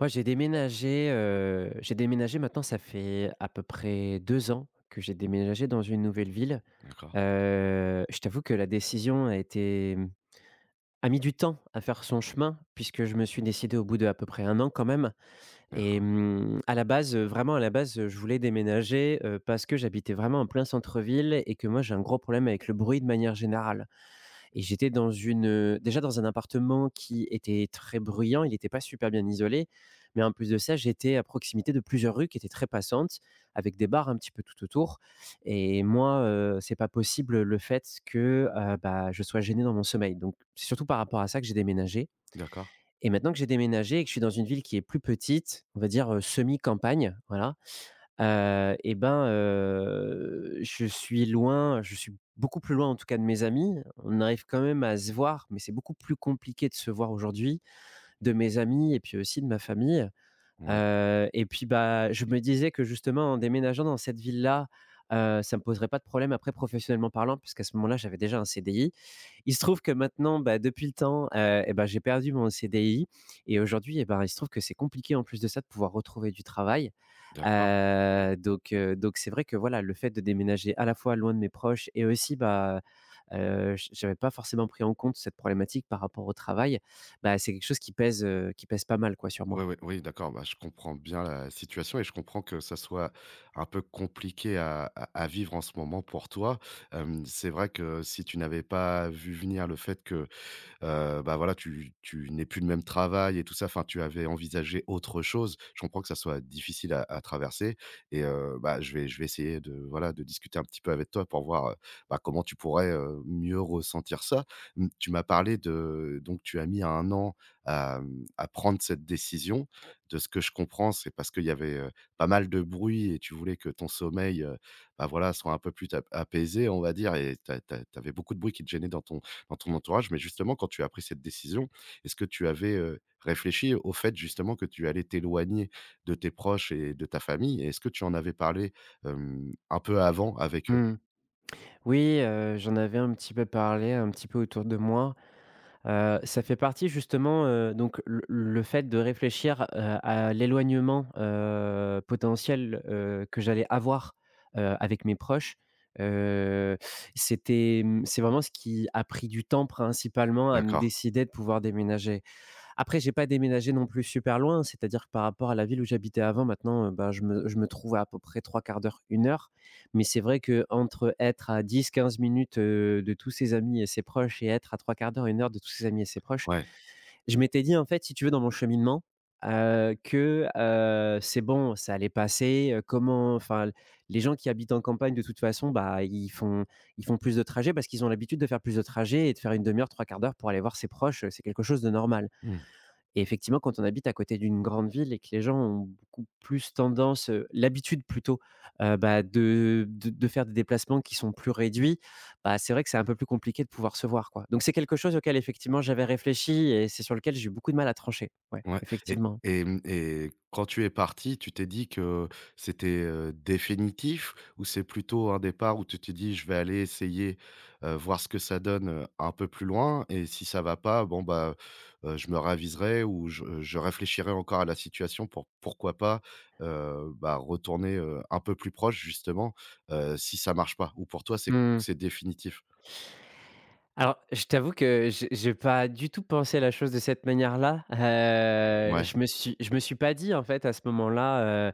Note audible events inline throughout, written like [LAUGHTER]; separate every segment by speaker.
Speaker 1: Moi, j'ai déménagé maintenant, ça fait à peu près 2 ans que j'ai déménagé dans une nouvelle ville.
Speaker 2: D'accord,
Speaker 1: Je t'avoue que la décision a mis du temps à faire son chemin puisque je me suis décidé au bout de à peu près 1 an quand même et
Speaker 2: d'accord,
Speaker 1: à la base, vraiment à la base, je voulais déménager, parce que j'habitais vraiment en plein centre-ville et que moi j'ai un gros problème avec le bruit de manière générale. Et déjà dans un appartement qui était très bruyant, il n'était pas super bien isolé, mais en plus de ça, j'étais à proximité de plusieurs rues qui étaient très passantes, avec des bars un petit peu tout autour et moi, c'est pas possible le fait que, bah, je sois gêné dans mon sommeil. Donc c'est surtout par rapport à ça que j'ai déménagé
Speaker 2: d'accord,
Speaker 1: et maintenant que j'ai déménagé et que je suis dans une ville qui est plus petite, on va dire, semi-campagne, voilà. Je suis beaucoup plus loin en tout cas de mes amis. On arrive quand même à se voir, mais c'est beaucoup plus compliqué de se voir aujourd'hui, de mes amis et puis aussi de ma famille.
Speaker 2: ouais,
Speaker 1: Bah, je me disais que justement en déménageant dans cette ville-là, ça me poserait pas de problème après professionnellement parlant puisqu'à ce moment-là, j'avais déjà un CDI. Il se trouve que maintenant, bah, depuis le temps, j'ai perdu mon CDI et aujourd'hui et ben, il se trouve que c'est compliqué en plus de ça de pouvoir retrouver du travail.
Speaker 2: d'accord.
Speaker 1: Donc c'est vrai que voilà, le fait de déménager à la fois loin de mes proches et aussi, bah, j'avais pas forcément pris en compte cette problématique par rapport au travail. Bah, c'est quelque chose qui pèse pas mal quoi sur
Speaker 2: Ouais,
Speaker 1: moi.
Speaker 2: ouais, oui, d'accord, bah, je comprends bien la situation et je comprends que ça soit un peu compliqué à vivre en ce moment pour toi. C'est vrai que si tu n'avais pas vu venir le fait que bah, voilà, tu n'es plus le même travail et tout ça. Enfin, tu avais envisagé autre chose. Je comprends que ça soit difficile à traverser et bah, je vais essayer de, voilà, de discuter un petit peu avec toi pour voir, bah, comment tu pourrais, mieux ressentir ça. Mmh, Tu m'as parlé de, donc tu as mis 1 an à, à prendre cette décision. De ce que je comprends, c'est parce qu'il y avait, pas mal de bruit et tu voulais que ton sommeil, bah, voilà, soit un peu plus ta apaisé, on va dire, et tu avais beaucoup de bruit qui te gênait dans ton entourage. Mais justement, quand tu as pris cette décision, est-ce que tu avais, réfléchi au fait justement que tu allais t'éloigner de tes proches et de ta famille? Et est-ce que tu en avais parlé, un peu avant avec eux?
Speaker 1: Mmh. Oui, j'en avais un petit peu parlé, un petit peu autour de moi. Ça fait partie justement, donc le fait de réfléchir, à l'éloignement, potentiel, que j'allais avoir, avec mes proches. Heu, c'est vraiment ce qui a pris du temps principalement à me
Speaker 2: D'accord,
Speaker 1: décider de pouvoir déménager. Après, j'ai pas déménagé non plus super loin, c'est-à-dire que par rapport à la ville où j'habitais avant, maintenant, bah, je me trouve à peu près trois quarts d'heure, une heure. Mais c'est vrai que entre être à 10, 15 minutes, de tous ses amis et ses proches et être à trois quarts d'heure, une heure de tous ses amis et ses proches,
Speaker 2: ouais.
Speaker 1: je m'étais dit, en fait, si tu veux, dans mon cheminement, c'est bon, ça allait passer, comment enfin, les gens qui habitent en campagne, de toute façon, bah, ils font plus de trajets parce qu'ils ont l'habitude de faire plus de trajets et de faire une demi heure, trois quarts d'heure pour aller voir ses proches, c'est quelque chose de normal.
Speaker 2: Mmh.
Speaker 1: Et effectivement, quand on habite à côté d'une grande ville et que les gens ont beaucoup plus tendance, l'habitude plutôt, bah, de faire des déplacements qui sont plus réduits, bah, c'est vrai que c'est un peu plus compliqué de pouvoir se voir, quoi. Donc c'est quelque chose auquel effectivement j'avais réfléchi et c'est sur lequel j'ai eu beaucoup de mal à trancher. Ouais,
Speaker 2: Ouais, et
Speaker 1: effectivement.
Speaker 2: et mmh et quand tu es parti, tu t'es dit que c'était, définitif? Ou c'est plutôt un départ où tu te dis: «Je vais aller essayer, voir ce que ça donne, un peu plus loin, et si ça va pas, bon bah, je me raviserai ou je réfléchirai encore à la situation pour, pourquoi pas, bah, retourner, un peu plus proche justement, si ça marche pas»? Ou pour toi c'est
Speaker 1: Mmh.
Speaker 2: c'est définitif?
Speaker 1: Alors, je t'avoue que j'ai pas du tout pensé la chose de cette manière-là.
Speaker 2: Ouais.
Speaker 1: Je me suis pas dit en fait à ce moment-là: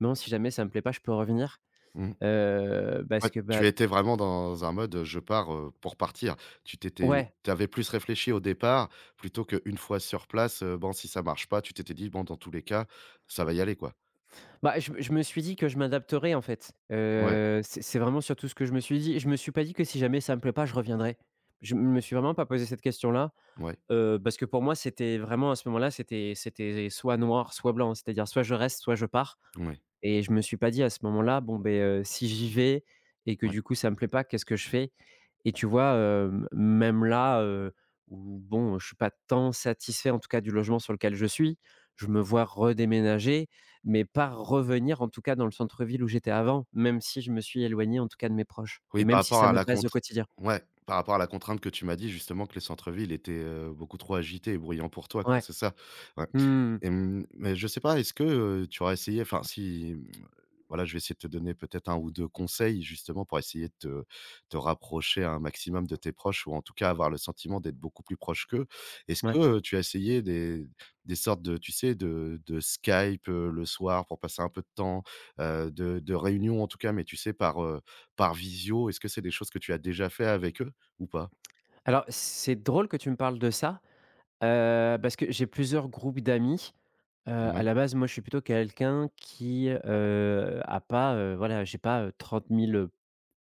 Speaker 1: «Non, si jamais ça me plaît pas, je peux revenir».
Speaker 2: Mmh.
Speaker 1: Parce
Speaker 2: Ouais,
Speaker 1: que, bah,
Speaker 2: tu étais vraiment dans un mode, je pars, pour partir. Tu t'étais
Speaker 1: ouais.
Speaker 2: tu avais plus réfléchi au départ plutôt qu'une fois sur place, bon si ça marche pas, tu t'étais dit: «Bon, dans tous les cas, ça va y aller quoi».
Speaker 1: Bah, je me suis dit que je m'adapterais, en fait.
Speaker 2: Ouais,
Speaker 1: C'est vraiment surtout ce que je me suis dit. Je me suis pas dit que si jamais ça me plaît pas, je reviendrais. Je me suis vraiment pas posé cette question là.
Speaker 2: ouais,
Speaker 1: Parce que pour moi, c'était vraiment à ce moment-là, c'était soit noir, soit blanc. C'est-à-dire soit je reste, soit je pars
Speaker 2: ouais,
Speaker 1: et je me suis pas dit à ce moment-là: «Bon ben si j'y vais et que
Speaker 2: ouais.
Speaker 1: du coup ça me plaît pas, qu'est-ce que je fais?» Et tu vois, même là, où bon, je suis pas tant satisfait en tout cas du logement sur lequel je suis. Je me vois redéménager, mais pas revenir en tout cas dans le centre-ville où j'étais avant, même si je me suis éloigné en tout cas de mes proches et
Speaker 2: Oui, par
Speaker 1: même si
Speaker 2: rapport
Speaker 1: ça
Speaker 2: à
Speaker 1: me
Speaker 2: la
Speaker 1: pèse au quotidien.
Speaker 2: par rapport à la contrainte que tu m'as dit justement, que les centres-villes étaient, beaucoup trop agités et bruyants pour toi quoi,
Speaker 1: Ouais.
Speaker 2: c'est ça? Ouais.
Speaker 1: Mmh
Speaker 2: Et mais je sais pas, est-ce que, tu aurais essayé, enfin si, voilà, je vais essayer de te donner peut-être un ou 2 conseils justement pour essayer de te rapprocher un maximum de tes proches, ou en tout cas avoir le sentiment d'être beaucoup plus proche qu'eux. Est-ce que,
Speaker 1: Ouais.
Speaker 2: tu as essayé des sortes de, tu sais, de Skype, le soir pour passer un peu de temps, de réunions en tout cas, mais tu sais par, par visio? Est-ce que c'est des choses que tu as déjà fait avec eux ou pas?
Speaker 1: Alors, c'est drôle que tu me parles de ça, parce que j'ai plusieurs groupes d'amis. À
Speaker 2: Ouais,
Speaker 1: la base, moi, je suis plutôt quelqu'un qui, a pas, voilà, j'ai pas, 30 000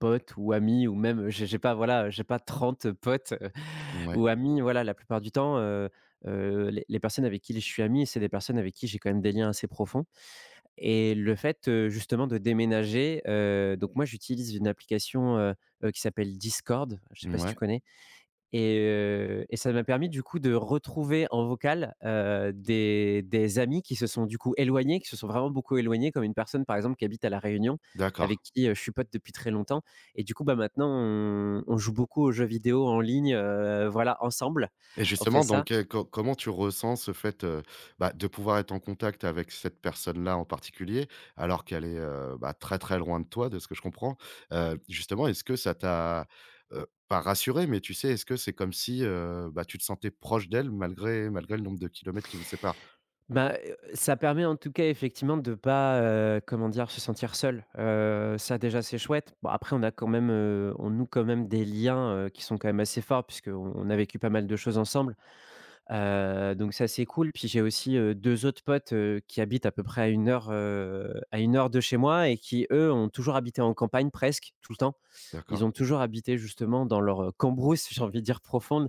Speaker 1: potes ou amis ou même j'ai pas, voilà, j'ai pas 30 potes, [LAUGHS]
Speaker 2: ouais,
Speaker 1: ou amis. Voilà, la plupart du temps, les personnes avec qui je suis ami, c'est des personnes avec qui j'ai quand même des liens assez profonds et le fait, justement de déménager, donc moi, j'utilise une application, qui s'appelle Discord. Je sais pas si tu
Speaker 2: ouais.
Speaker 1: connais? Et ça m'a permis du coup de retrouver en vocal, des amis qui se sont du coup éloignés, qui se sont vraiment beaucoup éloignés, comme une personne par exemple qui habite à La Réunion, avec
Speaker 2: D'accord.
Speaker 1: qui, je suis pote depuis très longtemps et du coup, bah, maintenant on joue beaucoup aux jeux vidéo en ligne, voilà ensemble,
Speaker 2: Et
Speaker 1: on fait
Speaker 2: justement,
Speaker 1: ça.
Speaker 2: donc, co comment tu ressens ce fait, bah, de pouvoir être en contact avec cette personne-là en particulier, alors qu'elle est, bah, très, très loin de toi, de ce que je comprends? Justement, est-ce que ça t'a, pas rassuré, mais tu sais, est-ce que c'est comme si, bah, tu te sentais proche d'elle, malgré le nombre de kilomètres qui vous séparent?
Speaker 1: Bah, ça permet en tout cas effectivement de pas, comment dire? Se sentir seul, ça déjà c'est chouette. Bon après on a quand même, on noue quand même des liens, qui sont quand même assez forts puisqu'on a vécu pas mal de choses ensemble. Donc ça, c'est cool. Puis j'ai aussi, deux autres potes, qui habitent à peu près à une heure de chez moi et qui, eux, ont toujours habité en campagne presque, tout le temps ils
Speaker 2: D'accord.
Speaker 1: ont toujours habité justement dans leur cambrousse, j'ai envie de dire profonde.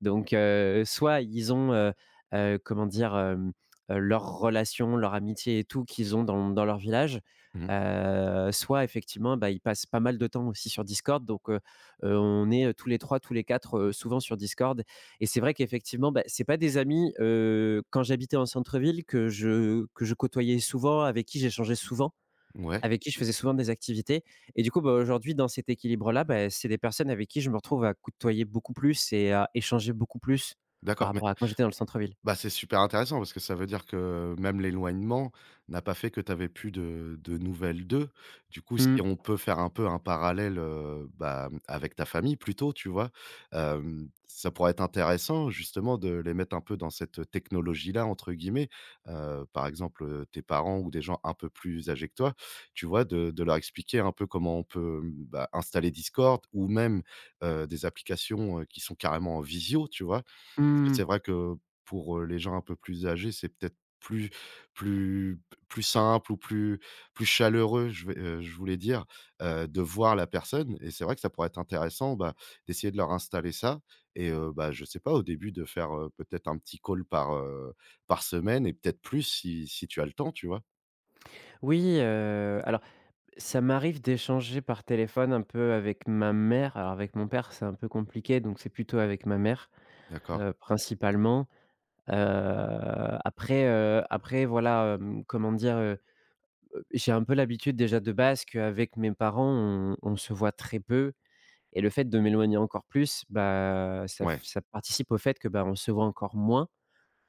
Speaker 1: Donc, soit ils ont, comment dire? Leur relation, leur amitié et tout qu'ils ont dans leur village,
Speaker 2: Mmh.
Speaker 1: soit effectivement, bah, ils passent pas mal de temps aussi sur Discord. Donc, on est, tous les 3, tous les quatre, souvent sur Discord et c'est vrai qu'effectivement, bah, c'est pas des amis, quand j'habitais en centre-ville que je côtoyais souvent, avec qui j'échangeais souvent,
Speaker 2: Ouais,
Speaker 1: avec qui je faisais souvent des activités et du coup, bah, aujourd'hui dans cet équilibre-là, bah, c'est des personnes avec qui je me retrouve à côtoyer beaucoup plus et à échanger beaucoup plus par
Speaker 2: d'accord,
Speaker 1: rapport à quand j'étais dans le centre-ville.
Speaker 2: Bah, c'est super intéressant parce que ça veut dire que même l'éloignement n'a pas fait que tu avais plus de nouvelles d'eux. Du coup,
Speaker 1: Mmh
Speaker 2: si on peut faire un peu un parallèle, bah, avec ta famille plutôt, tu vois? Ça pourrait être intéressant justement de les mettre un peu dans cette «technologie-là» entre guillemets. Par exemple, tes parents ou des gens un peu plus âgés que toi, tu vois? De leur expliquer un peu comment on peut, bah, installer Discord ou même, des applications, qui sont carrément en visio, tu vois? Parce que
Speaker 1: mh.
Speaker 2: c'est vrai que pour, les gens un peu plus âgés, c'est peut-être plus plus simple ou plus chaleureux, je voulais dire, de voir la personne, et c'est vrai que ça pourrait être intéressant, bah, d'essayer de leur installer ça. Et bah, je sais pas, au début, de faire, peut-être un petit call par, par semaine, et peut-être plus si tu as le temps, tu vois?
Speaker 1: Oui, alors ça m'arrive d'échanger par téléphone un peu avec ma mère. Alors avec mon père, c'est un peu compliqué, donc c'est plutôt avec ma mère,
Speaker 2: D'accord.
Speaker 1: principalement. Heu, après voilà, comment dire? J'ai un peu l'habitude déjà de base qu'avec mes parents, on se voit très peu. Et le fait de m'éloigner encore plus, bah, ça f
Speaker 2: Ouais,
Speaker 1: ça participe au fait que, bah, on se voit encore moins,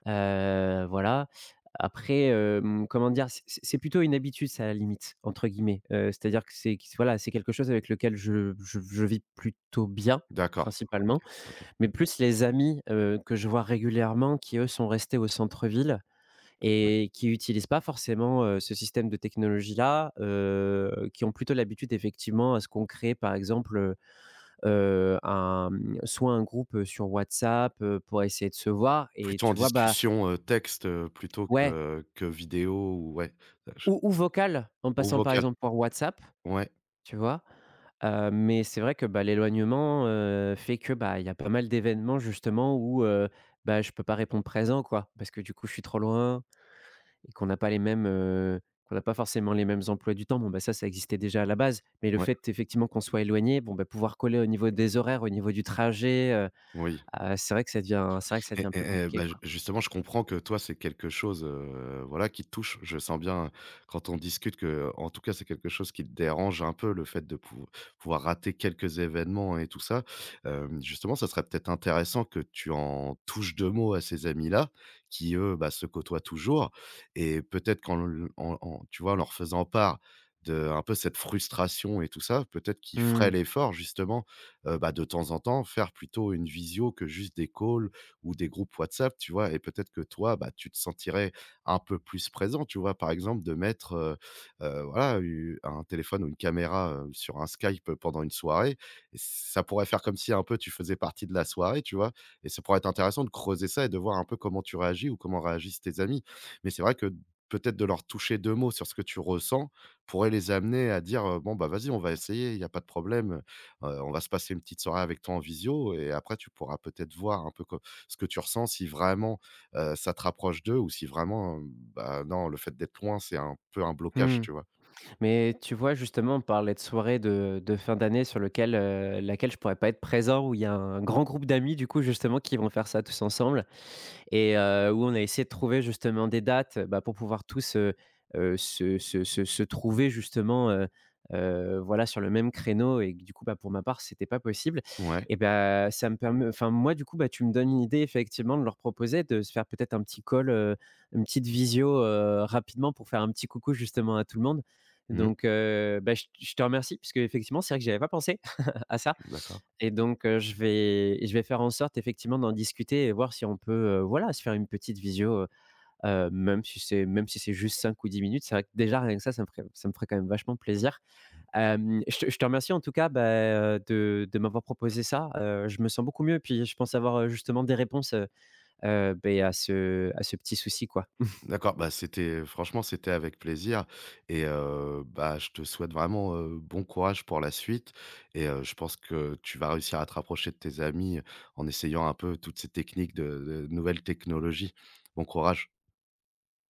Speaker 1: voilà. Après, comment dire? C'est plutôt une «habitude» ça, à la limite, entre guillemets, c'est-à-dire que c'est q voilà, c'est quelque chose avec lequel je vis plutôt bien,
Speaker 2: d'accord. OK,
Speaker 1: principalement,
Speaker 2: OK,
Speaker 1: mais plus les amis, que je vois régulièrement qui, eux, sont restés au centre-ville
Speaker 2: ouais.
Speaker 1: et qui n'utilisent pas forcément, ce système de technologie-là, qui ont plutôt l'habitude effectivement à se concréer, par exemple, un soit un groupe, sur WhatsApp, pour essayer de se voir et
Speaker 2: Plutôt en
Speaker 1: tu vois? Bah,
Speaker 2: discussion, texte, plutôt
Speaker 1: ouais,
Speaker 2: que vidéo, ou ouais, ch
Speaker 1: ou vocal, en
Speaker 2: ou
Speaker 1: passant par
Speaker 2: vocal.
Speaker 1: exemple par WhatsApp,
Speaker 2: Ouais,
Speaker 1: tu vois? Mais c'est vrai que, bah, l'éloignement, fait que, bah, il y a pas mal d'événements justement où, bah, je peux pas répondre présent quoi. Parce que du coup, je suis trop loin et qu'on n'a pas les mêmes, qu'on n'a pas forcément les mêmes emplois du temps. Bon, bah, ça existait déjà à la base, mais le
Speaker 2: ouais.
Speaker 1: fait effectivement qu'on soit éloigné, bon, bah, pouvoir coller au niveau des horaires, au niveau du trajet.
Speaker 2: Oui,
Speaker 1: C'est vrai que ça devient c'est vrai que ça
Speaker 2: et
Speaker 1: devient
Speaker 2: et
Speaker 1: plus
Speaker 2: et
Speaker 1: compliqué,
Speaker 2: bah, ju
Speaker 1: quoi.
Speaker 2: justement, je comprends que toi, c'est quelque chose, voilà, qui te touche. Je sens bien quand on discute que, en tout cas, c'est quelque chose qui te dérange un peu, le fait de pouvoir rater quelques événements et tout ça. Justement, ça serait peut-être intéressant que tu en touches 2 mots à ces amis-là qui, eux, bah, se côtoient toujours, et peut-être qu'en le en en tu vois, en leur faisant part de un peu cette frustration et tout ça, peut-être qu'ils feraient
Speaker 1: Mmh.
Speaker 2: l'effort justement, bah, de temps en temps, faire plutôt une visio que juste des calls ou des groupes WhatsApp, tu vois? Et peut-être que toi, bah, tu te sentirais un peu plus présent, tu vois? Par exemple, de mettre, voilà, u un téléphone ou une caméra, sur un Skype, pendant une soirée, et ça pourrait faire comme si un peu tu faisais partie de la soirée, tu vois? Et ça pourrait être intéressant de creuser ça et de voir un peu comment tu réagis ou comment réagissent tes amis. Mais c'est vrai que peut-être de leur toucher 2 mots sur ce que tu ressens pourrait les amener à dire: «Bon, bah, vas-y, on va essayer, il y a pas de problème, on va se passer une petite soirée avec toi en visio», et après tu pourras peut-être voir un peu co ce que tu ressens, si vraiment, ça te rapproche d'eux, ou si vraiment, bah, non, le fait d'être loin, c'est un peu un blocage,
Speaker 1: Mmh.
Speaker 2: tu vois?
Speaker 1: Mais tu vois, justement, on parlait de soirée de fin d'année sur laquelle je pourrais pas être présent, où il y a un grand groupe d'amis, du coup, justement, qui vont faire ça tous ensemble, et où on a essayé de trouver justement des dates, bah, pour pouvoir tous, se trouver justement, voilà, sur le même créneau et que du coup, bah, pour ma part, c'était pas possible
Speaker 2: Ouais.
Speaker 1: et ben ça me permet enfin moi du coup, bah, tu me donnes une idée effectivement de leur proposer de se faire peut-être un petit call, une petite visio, rapidement pour faire un petit coucou justement à tout le monde.
Speaker 2: Mmh.
Speaker 1: Donc bah, je te remercie parce que effectivement c'est vrai que j'avais pas pensé [LAUGHS] à ça,
Speaker 2: D'accord.
Speaker 1: et donc je vais faire en sorte effectivement d'en discuter et voir si on peut, voilà, se faire une petite visio, même si c'est juste 5 ou 10 minutes. C'est vrai que déjà rien que ça, ça me ferait quand même vachement plaisir. Je te remercie en tout cas, bah, de m'avoir proposé ça. Je me sens beaucoup mieux et puis je pense avoir, justement des réponses, beh, à ce petit souci, quoi.
Speaker 2: D'accord, bah, c'était avec plaisir, et bah, je te souhaite vraiment, bon courage pour la suite, et je pense que tu vas réussir à te rapprocher de tes amis en essayant un peu toutes ces techniques de nouvelles technologies. Bon courage.